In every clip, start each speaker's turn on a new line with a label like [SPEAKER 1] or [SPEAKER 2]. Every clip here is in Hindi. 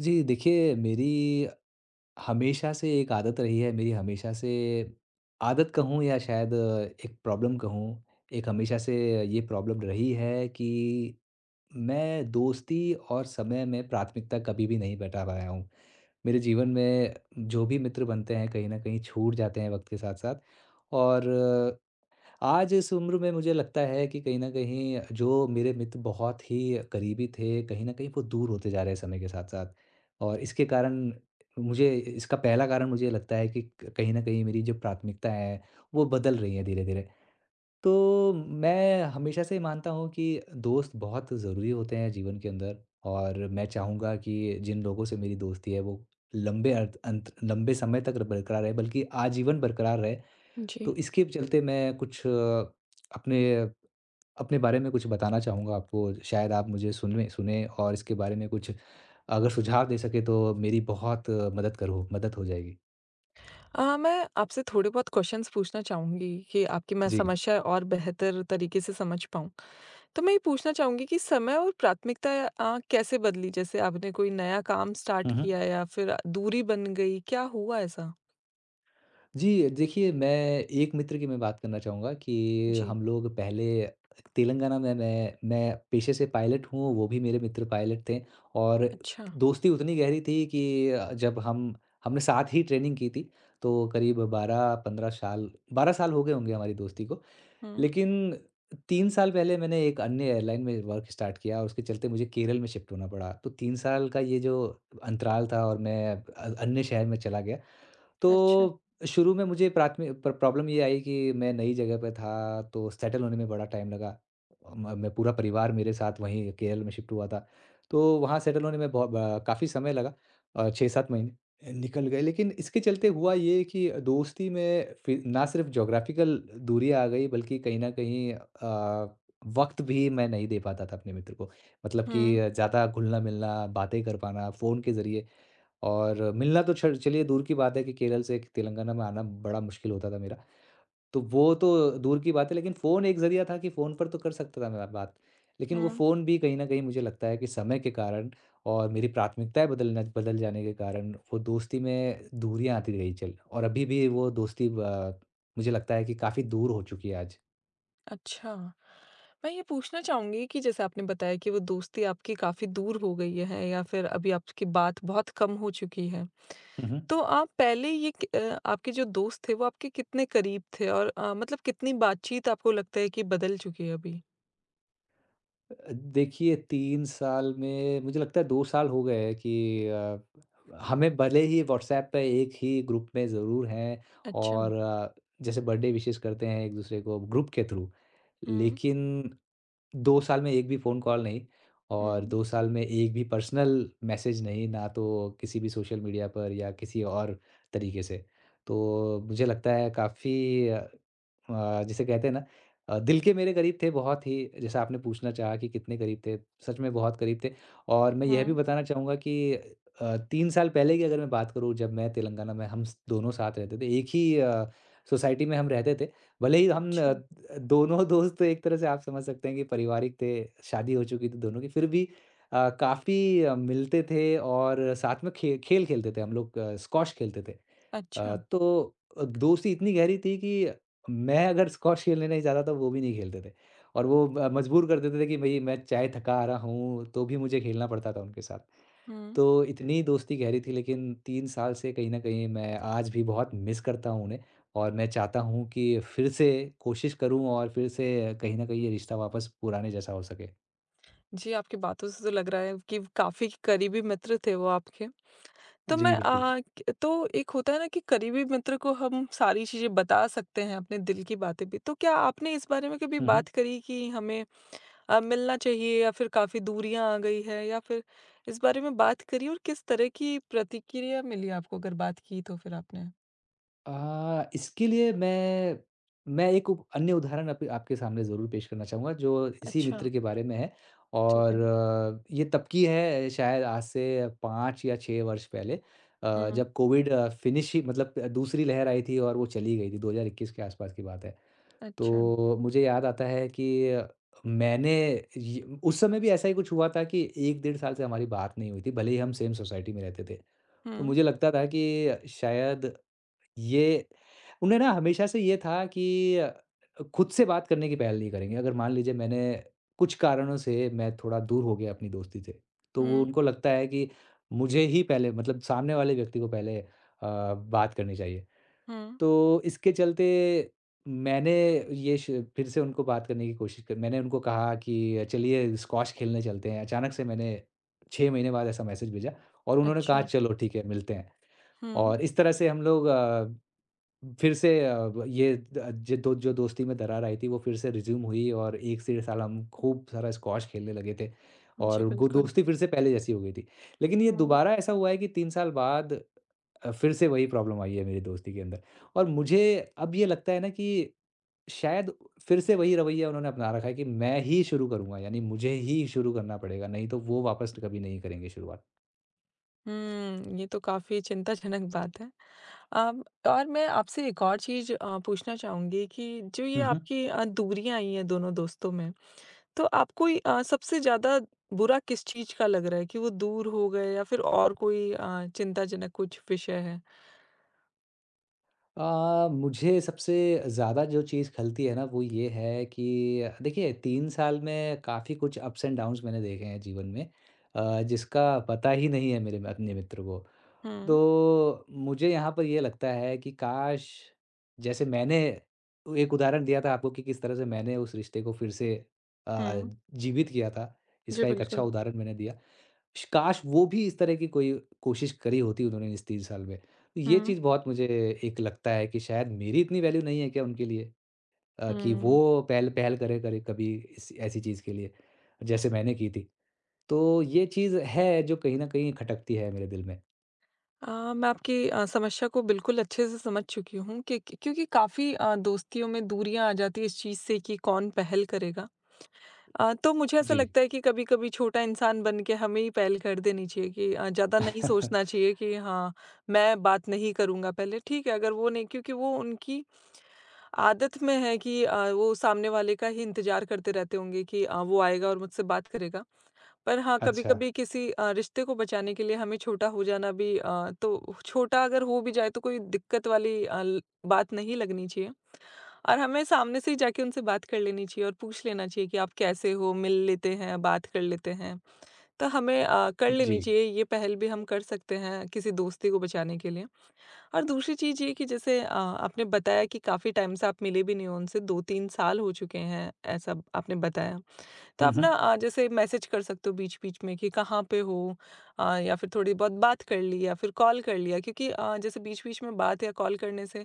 [SPEAKER 1] जी, देखिए मेरी हमेशा से एक आदत रही है, मेरी हमेशा से आदत कहूँ या शायद एक प्रॉब्लम कहूँ, एक हमेशा से ये प्रॉब्लम रही है कि मैं दोस्ती और समय में प्राथमिकता कभी भी नहीं बैठा पाया हूँ। मेरे जीवन में जो भी मित्र बनते हैं, कहीं न कहीं छूट जाते हैं वक़्त के साथ-साथ, और आज इस उम्र में मुझे लगता है कि कहीं न कहीं जो मेरे मित्र बहुत ही करीबी थे, कहीं न कहीं वो दूर होते जा रहे हैं समय के साथ-साथ। और इसके कारण मुझे इसका पहला कारण मुझे लगता है कि क कहीं न कहीं मेरी जो प्राथमिकता है, वो बदल रही है धीरे-धीरे। तो मैं हमेशा से मानता हूँ कि दोस्त बहुत ज़रूरी होते हैं जीवन के अंदर, और मैं चाहूँगा कि जिन लोगों से मेरी दोस्ती है वो लंबे अर्थ अंत लंबे समय तक र बरकरार रहे बल्कि आजीवन बरकरार रहे।
[SPEAKER 2] जी।
[SPEAKER 1] तो इसके चलते मैं कुछ अपने अपने बारे में कुछ बताना चाहूँगा आपको, शायद आप मुझे सुनवें सुनें और इसके बारे में कुछ अगर सुझाव दे सकें तो मेरी बहुत मदद हो जाएगी।
[SPEAKER 2] मैं आपसे थोड़े बहुत क्वेश्चन्स पूछना चाहूँगी कि आपकी मैं
[SPEAKER 1] जी।
[SPEAKER 2] समस्या और बेहतर तरीके से समझ पाऊँ। तो मैं ये पूछना चाहूँगी कि समय और प्राथमिकता कैसे बदली? जैसे आपने कोई नया काम स्टार्ट
[SPEAKER 1] हुँ, हुँ।
[SPEAKER 2] किया या फिर दूरी बन गई, क्या हुआ ऐसा?
[SPEAKER 1] जी, देखिए मैं एक मित्र की मैं बात करना चाहूँगा कि
[SPEAKER 2] जी,
[SPEAKER 1] हम लोग पहले तेलंगाना में, मैं पेशे से पायलट हूँ, वो भी मेरे मित्र पायलट थे, और
[SPEAKER 2] अच्छा।
[SPEAKER 1] दोस्ती उतनी गहरी थी कि, जब हम हमने साथ ही ट्रेनिंग की थी, तो करीब 12-15 साल 12 साल हो गए होंगे हमारी दोस्ती को।
[SPEAKER 2] हुँ,
[SPEAKER 1] लेकिन 3 साल पहले मैंने एक अन्य एयरलाइन में वर्क स्टार्ट किया और उसके चलते मुझे केरल में शिफ्ट होना पड़ा। तो 3 साल का ये जो अंतराल था और मैं अन्य शहर में चला गया,
[SPEAKER 2] अच्छा।
[SPEAKER 1] तो शुरू में मुझे प्राथमि प्र प्रॉब्लम ये आई कि मैं नई जगह पे था तो सेटल होने में बड़ा टाइम लगा। म मैं पूरा परिवार मेरे साथ वहीं केरल में शिफ्ट हुआ था। तो वहाँ सेटल होने में बहुत ब काफ़ी समय लगा, 6-7 महीने निकल गए। लेकिन इसके चलते हुआ ये कि दोस्ती में फ़िर ना सिर्फ़ ज्योग्राफ़िकल दूरी आ गई बल्कि कहीं न कहीं वक़्त भी मैं नहीं दे पाता था अपने मित्र को। मतलब कि
[SPEAKER 2] हुँ,
[SPEAKER 1] ज़्यादा घुलना-मिलना, बातें कर पाना फ़ोन के ज़रिए, और मिलना तो छ चलिए दूर की बात है कि केरल से तेलंगाना में आना बड़ा मुश्किल होता था मेरा। तो वो तो दूर की बात है लेकिन फ़ोन एक ज़रिया था कि फ़ोन पर तो कर सकता था मैं बात। लेकिन वो
[SPEAKER 2] हुँ,
[SPEAKER 1] फ़ोन भी कहीं न कहीं मुझे लगता है कि समय के कारण और मेरी प्राथमिकताएँ बदल जाने के कारण वो दोस्ती में दूरियाँ आती रही चल और अभी भी वो दोस्ती ब मुझे लगता है कि काफ़ी दूर हो चुकी है आज।
[SPEAKER 2] अच्छा। मैं ये पूछना चाहूँगी कि जैसे आपने बताया कि वो दोस्ती आपकी काफ़ी दूर हो गई है या फिर अभी आपकी बात बहुत कम हो चुकी है।
[SPEAKER 1] हुँ, हुँ।
[SPEAKER 2] तो आप पहले आपके जो दोस्त थे वो आपके कितने करीब थे? और मतलब कितनी बातचीत आपको लगता है कि बदल चुकी है अभी?
[SPEAKER 1] देखिए 3 साल में मुझे लगता है 2 साल हो गए हैं कि, अ, हमें भले ही व्हाट्सएप पे एक ही ग्रुप में ज़रूर हैं,
[SPEAKER 2] अच्छा।
[SPEAKER 1] और जैसे बर्थडे विशेस करते हैं एक-दूसरे को ग्रुप के थ्रू।
[SPEAKER 2] हुँ,
[SPEAKER 1] लेकिन 2 साल में एक भी फ़ोन कॉल नहीं, और
[SPEAKER 2] हुँ,
[SPEAKER 1] 2 साल में एक भी पर्सनल मैसेज नहीं, ना तो किसी भी सोशल मीडिया पर या किसी और तरीके से। तो मुझे लगता है काफ़ी, जिसे कहते हैं ना, दिल के मेरे करीब थे बहुत ही, जैसा आपने पूछना चाहा कि कितने करीब थे, सच में बहुत करीब थे, और मैं यह भी
[SPEAKER 2] हुँ।
[SPEAKER 1] बताना चाहूँगा कि, 3 साल पहले की अगर मैं बात करूँ, जब मैं तेलंगाना में हम स दोनों साथ रहते थे, एक ही सोसाइटी में हम रहते थे। भले ही हम,
[SPEAKER 2] अच्छा,
[SPEAKER 1] दोनों दोस्त तो एक तरह से आप समझ सकते हैं कि पारिवारिक थे, शादी हो चुकी थी दोनों की, फिर भी काफ़ी मिलते थे और साथ में खे खेल खेलते थे हम लोग, स्क्वॉश खेलते थे।
[SPEAKER 2] अच्छा।
[SPEAKER 1] तो दोस्ती इतनी गहरी थी कि मैं अगर स्क्वॉश खेलने नहीं जाता था वो भी नहीं खेलते थे, और वो मजबूर कर देते थे कि भई मैं चाहे थका आ रहा हूँ तो भी मुझे खेलना पड़ता था उनके साथ।
[SPEAKER 2] हुँ।
[SPEAKER 1] तो इतनी दोस्ती गहरी थी लेकिन 3 साल से कहीं न कहीं मैं आज भी बहुत मिस करता हूँ उन्हें, और मैं चाहता हूँ कि फिर से कोशिश करूँ और फिर से कहीं न कहीं ये रिश्ता वापस पुराने जैसा हो सके।
[SPEAKER 2] जी, आपकी बातों से तो लग रहा है कि काफ़ी करीबी मित्र थे वो आपके। तो मैं
[SPEAKER 1] जी, बिल्कुल।
[SPEAKER 2] अ, क तो एक होता है ना कि करीबी मित्र को हम सारी चीज़ें बता सकते हैं, अपने दिल की बातें भी। तो क्या आपने इस बारे में कभी
[SPEAKER 1] हुँ,
[SPEAKER 2] बात
[SPEAKER 1] हुँ।
[SPEAKER 2] करी कि हमें मिलना चाहिए या फिर काफ़ी दूरियाँ आ गई है या फिर इस बारे में बात करी और किस तरह की प्रतिक्रिया मिली आपको अगर बात की तो फिर आपने?
[SPEAKER 1] इसके लिए मैं एक उप अन्य उदाहरण आप आपके सामने ज़रूर पेश करना चाहूँगा, जो इसी
[SPEAKER 2] अच्छा,
[SPEAKER 1] मित्र के बारे में है,
[SPEAKER 2] ठीक है।
[SPEAKER 1] और ये तब की है शायद आज से 5 या 6 वर्ष पहले,
[SPEAKER 2] हुँ,
[SPEAKER 1] जब कोविड फिनिश ही, मतलब दूसरी लहर आई थी और वो चली गई थी, 2021 के आसपास की बात है।
[SPEAKER 2] अच्छा।
[SPEAKER 1] तो मुझे याद आता है कि मैंने ये, उस समय भी ऐसा ही कुछ हुआ था कि 1 डेढ़ साल से हमारी बात नहीं हुई थी, भले ही हम सेम सोसाइटी में रहते थे।
[SPEAKER 2] हुँ,
[SPEAKER 1] तो मुझे लगता था कि शायद ये, उन्हें ना हमेशा से ये था कि खुद से बात करने की पहल नहीं करेंगे। अगर मान लीजिए मैंने कुछ कारणों से मैं थोड़ा दूर हो गया अपनी दोस्ती से, तो वो,
[SPEAKER 2] हुँ,
[SPEAKER 1] उनको लगता है कि मुझे ही पहले, मतलब सामने वाले व्यक्ति को पहले बात करनी चाहिए।
[SPEAKER 2] हुँ,
[SPEAKER 1] तो इसके चलते मैंने ये श फिर से उनको बात करने की कोशिश क मैंने उनको कहा कि चलिए स्क्वॉश खेलने चलते हैं। अचानक से मैंने 6 महीने बाद ऐसा मैसेज भेजा और उन्होंने कहा
[SPEAKER 2] अच्छा।
[SPEAKER 1] चलो ठीक है, मिलते हैं।
[SPEAKER 2] हुँ,
[SPEAKER 1] और इस तरह से हम लोग फिर से अ, ब ये द ज दो जो दोस्ती में दरार आई थी वो फिर से रिज़्यूम हुई, और 1 से डेढ़ साल हम खूब सारा स्क्वॉश खेलने लगे थे,
[SPEAKER 2] जी,
[SPEAKER 1] और गो
[SPEAKER 2] बिल्कुल।
[SPEAKER 1] दोस्ती फिर से पहले जैसी हो गई थी। लेकिन ये
[SPEAKER 2] हुँ,
[SPEAKER 1] दोबारा ऐसा हुआ है कि 3 साल बाद फिर से वही प्रॉब्लम आई है मेरी दोस्ती के अंदर, और मुझे अब ये लगता है ना कि शायद फिर से वही रवैया उन्होंने अपना रखा है कि मैं ही शुरू करूँगा, यानी मुझे ही शुरू करना पड़ेगा, नहीं तो वो वापस कभी नहीं करेंगे शुरुआत।
[SPEAKER 2] हुँ, ये तो काफ़ी चिंताजनक बात है। अम, और मैं आपसे एक और चीज़ पूछना चाहूँगी कि जो ये
[SPEAKER 1] हुँ, हुँ।
[SPEAKER 2] आपकी दूरियाँ आई हैं दोनों दोस्तों में, तो आपको ये सबसे ज़्यादा बुरा किस चीज़ का लग रहा है कि वो दूर हो गए या फिर और कोई चिंताजनक कुछ विषय है?
[SPEAKER 1] मुझे सबसे ज़्यादा जो चीज़ खलती है ना वो ये है कि, देखिए 3 साल में काफ़ी कुछ अप्स एंड डाउन्स मैंने देखे हैं जीवन में, जिसका पता ही नहीं है मेरे अपने मित्र को।
[SPEAKER 2] हुँ,
[SPEAKER 1] तो मुझे यहाँ पर ये लगता है कि काश, जैसे मैंने एक उदाहरण दिया था आपको कि किस तरह से मैंने उस रिश्ते को फिर से अ,
[SPEAKER 2] हुँ।
[SPEAKER 1] जीवित किया था,
[SPEAKER 2] जी,
[SPEAKER 1] इसका एक अच्छा
[SPEAKER 2] बिल्कुल।
[SPEAKER 1] उदाहरण मैंने दिया। श काश वो भी इस तरह की कोई कोशिश करी होती उन्होंने, इस 3 साल में। तो ये
[SPEAKER 2] हुँ,
[SPEAKER 1] चीज़ बहुत मुझे, एक लगता है कि शायद मेरी इतनी वैल्यू नहीं है क्या उनके लिए, कि
[SPEAKER 2] हुँ।
[SPEAKER 1] वो पहल पहल करे करे कभी इस ऐसी चीज़ के लिए, जैसे मैंने की थी। तो ये चीज़ है जो कहीं न कहीं खटकती है मेरे दिल में।
[SPEAKER 2] मैं आपकी समस्या को बिल्कुल अच्छे से समझ चुकी हूँ कि क क्योंकि काफ़ी दोस्तियों में दूरियाँ आ जाती हैं इस चीज़ से कि कौन पहल करेगा। तो मुझे ऐसा
[SPEAKER 1] जी।
[SPEAKER 2] लगता है कि कभी-कभी छोटा इंसान बन के हमें ही पहल कर देनी चाहिए कि ज़्यादा नहीं सोचना चाहिए कि हाँ, मैं बात नहीं करूँगा पहले। ठीक है, अगर वो नहीं क्योंकि वो उनकी आदत में है कि वो सामने वाले का ही इंतज़ार करते रहते होंगे कि वो आएगा और मुझसे बात करेगा। पर हाँ,
[SPEAKER 1] अच्छा।
[SPEAKER 2] कभी-कभी किसी रिश्ते को बचाने के लिए हमें छोटा हो जाना भी तो छोटा अगर हो भी जाए तो कोई दिक्कत वाली अ, ल बात नहीं लगनी चाहिए, और हमें सामने से ही जाके उनसे बात कर लेनी चाहिए और पूछ लेना चाहिए कि आप कैसे हो? मिल लेते हैं, बात कर लेते हैं। तो हमें कर लेनी
[SPEAKER 1] जी।
[SPEAKER 2] चाहिए, ये पहल भी हम कर सकते हैं किसी दोस्ती को बचाने के लिए। और दूसरी चीज़ ये कि जैसे आपने बताया कि काफ़ी टाइम से आप मिले भी नहीं हो उनसे, 2-3 साल हो चुके हैं, ऐसा आपने बताया। तो
[SPEAKER 1] हुँ,
[SPEAKER 2] आप ना
[SPEAKER 1] हुँ।
[SPEAKER 2] जैसे मैसेज कर सकते हो बीच-बीच में कि कहाँ पे हो, या फिर थोड़ी बहुत बात कर ली या फिर कॉल कर लिया क्योंकि जैसे बीच-बीच में बात या कॉल करने से,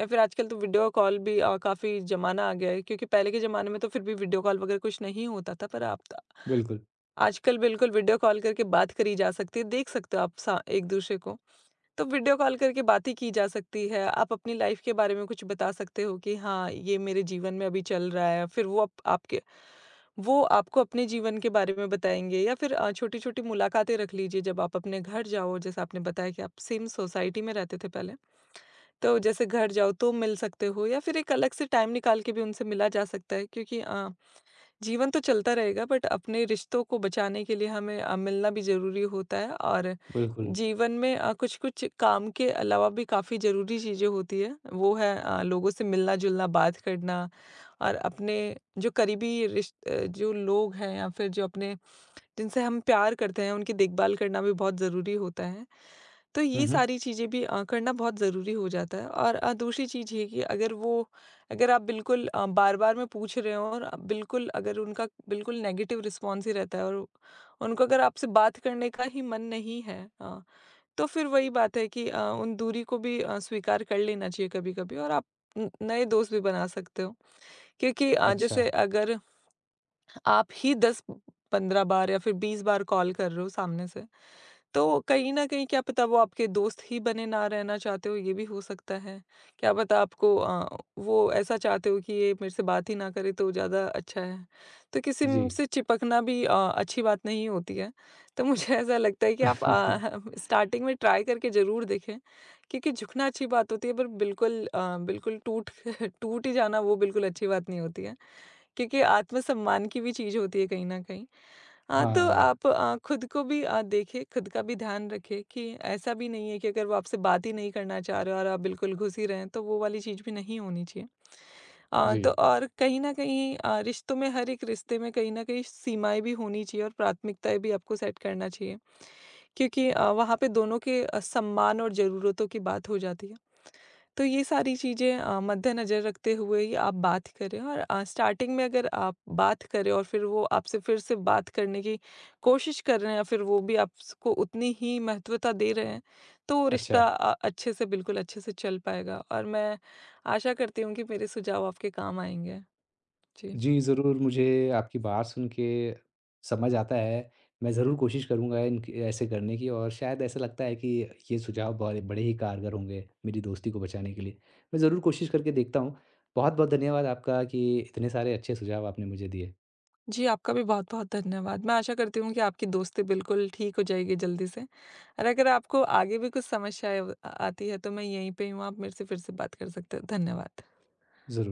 [SPEAKER 2] या फिर आजकल तो वीडियो कॉल भी काफ़ी ज़माना आ गया है क्योंकि पहले के ज़माने में तो फिर भी वीडियो कॉल वगैरह कुछ नहीं होता था, पर आप
[SPEAKER 1] बिल्कुल,
[SPEAKER 2] आजकल बिल्कुल वीडियो कॉल करके बात करी जा सकती है, देख सकते हो आप सा एक-दूसरे को। तो वीडियो कॉल करके बात ही की जा सकती है। आप अपनी लाइफ़ के बारे में कुछ बता सकते हो कि हाँ, ये मेरे जीवन में अभी चल रहा है। फिर वो अप आपके वो आपको अपने जीवन के बारे में बताएँगे या फिर छोटी-छोटी मुलाकातें रख लीजिए जब आप अपने घर जाओ, जैसे आपने बताया कि आप सेम सोसाइटी में रहते थे पहले। तो जैसे घर जाओ तो मिल सकते हो या फिर एक अलग से टाइम निकाल के भी उनसे मिला जा सकता है क्योंकि जीवन तो चलता रहेगा बट अपने रिश्तों को बचाने के लिए हमें मिलना भी ज़रूरी होता है, और
[SPEAKER 1] बिल्कुल।
[SPEAKER 2] जीवन में कुछ-कुछ काम के अलावा भी काफ़ी ज़रूरी चीज़ें होती हैं। वो है लोगों से मिलना-जुलना, बात करना और अपने जो करीबी रिश्त अ, जो लोग हैं या फिर जो अपने जिनसे हम प्यार करते हैं, उनकी देखभाल करना भी बहुत ज़रूरी होता है। तो
[SPEAKER 1] हुँ,
[SPEAKER 2] ये
[SPEAKER 1] हुँ।
[SPEAKER 2] सारी चीज़ें भी करना बहुत ज़रूरी हो जाता है, और दूसरी चीज़ ये कि अगर आप बिल्कुल बार-बार में पूछ रहे हो और आप बिल्कुल अगर उनका बिल्कुल नेगेटिव रिस्पॉन्स ही रहता है और उनको अगर आपसे बात करने का ही मन नहीं है, तो फिर वही बात है कि उन दूरी को भी स्वीकार कर लेना चाहिए कभी-कभी, और आप न नए दोस्त भी बना सकते हो क्योंकि
[SPEAKER 1] अच्छा।
[SPEAKER 2] जैसे अगर आप ही 10 15 बार या फिर 20 बार कॉल कर रहे हो सामने से, तो कहीं न कहीं क्या पता वो आपके दोस्त ही बने ना रहना चाहते हो, ये भी हो सकता है। क्या पता आपको वो ऐसा चाहते हो कि ये मेरे से बात ही ना करे तो ज़्यादा अच्छा है। तो किसी
[SPEAKER 1] जी।
[SPEAKER 2] म से चिपकना भी अच्छी बात नहीं होती है। तो मुझे ऐसा लगता है कि आप स्टार्टिंग में ट्राई करके ज़रूर देखें, क्योंकि झुकना अच्छी बात होती है पर बिल्कुल बिल्कुल टूट टूट ही जाना वो बिल्कुल अच्छी बात नहीं होती है, क्योंकि आत्मसम्मान की भी चीज़ होती है कहीं न कहीं। हाँ, तो
[SPEAKER 1] हाँ।
[SPEAKER 2] आप खुद को भी देखें, खुद का भी ध्यान रखें कि ऐसा भी नहीं है कि अगर वो आपसे बात ही नहीं करना चाह रहे और आप बिल्कुल घुस ही रहे हैं, तो वो वाली चीज़ भी नहीं होनी चाहिए।
[SPEAKER 1] जी।
[SPEAKER 2] तो और कहीं न कहीं रिश्तों में, हर एक रिश्ते में कहीं न कहीं सीमाएँ भी होनी चाहिए और प्राथमिकताएँ भी आपको सेट करना चाहिए, क्योंकि वहाँ पे दोनों के सम्मान और ज़रूरतों की बात हो जाती है। तो ये सारी चीज़ें मद्देनज़र रखते हुए ही आप बात करें, और स्टार्टिंग में अगर आप बात करें और फिर वो आपसे फिर से बात करने की कोशिश कर रहे हैं या फिर वो भी आपको उतनी ही महत्वता दे रहे हैं, तो वो
[SPEAKER 1] अच्छा।
[SPEAKER 2] रिश्ता अच्छे से बिल्कुल अच्छे से चल पाएगा, और मैं आशा करती हूँ कि मेरे सुझाव आपके काम आएँगे। जी।
[SPEAKER 1] जी, ज़रूर, मुझे आपकी बात सुन के समझ आता है। मैं ज़रूर कोशिश करूँगा इनक ऐसे करने की, और शायद ऐसा लगता है कि ये सुझाव बड़े बड़े ही कारगर होंगे मेरी दोस्ती को बचाने के लिए। मैं ज़रूर कोशिश करके देखता हूँ। बहुत-बहुत धन्यवाद आपका कि इतने सारे अच्छे सुझाव आपने मुझे दिए।
[SPEAKER 2] जी, आपका भी बहुत-बहुत धन्यवाद। मैं आशा करती हूँ कि आपकी दोस्ती बिल्कुल ठीक हो जाएगी जल्दी से, और अगर आपको आगे भी कुछ समस्याएँ आती है तो मैं यहीं पे ही हूँ, आप मेरे से फिर से बात कर सकते हैं। धन्यवाद।
[SPEAKER 1] ज़रूर।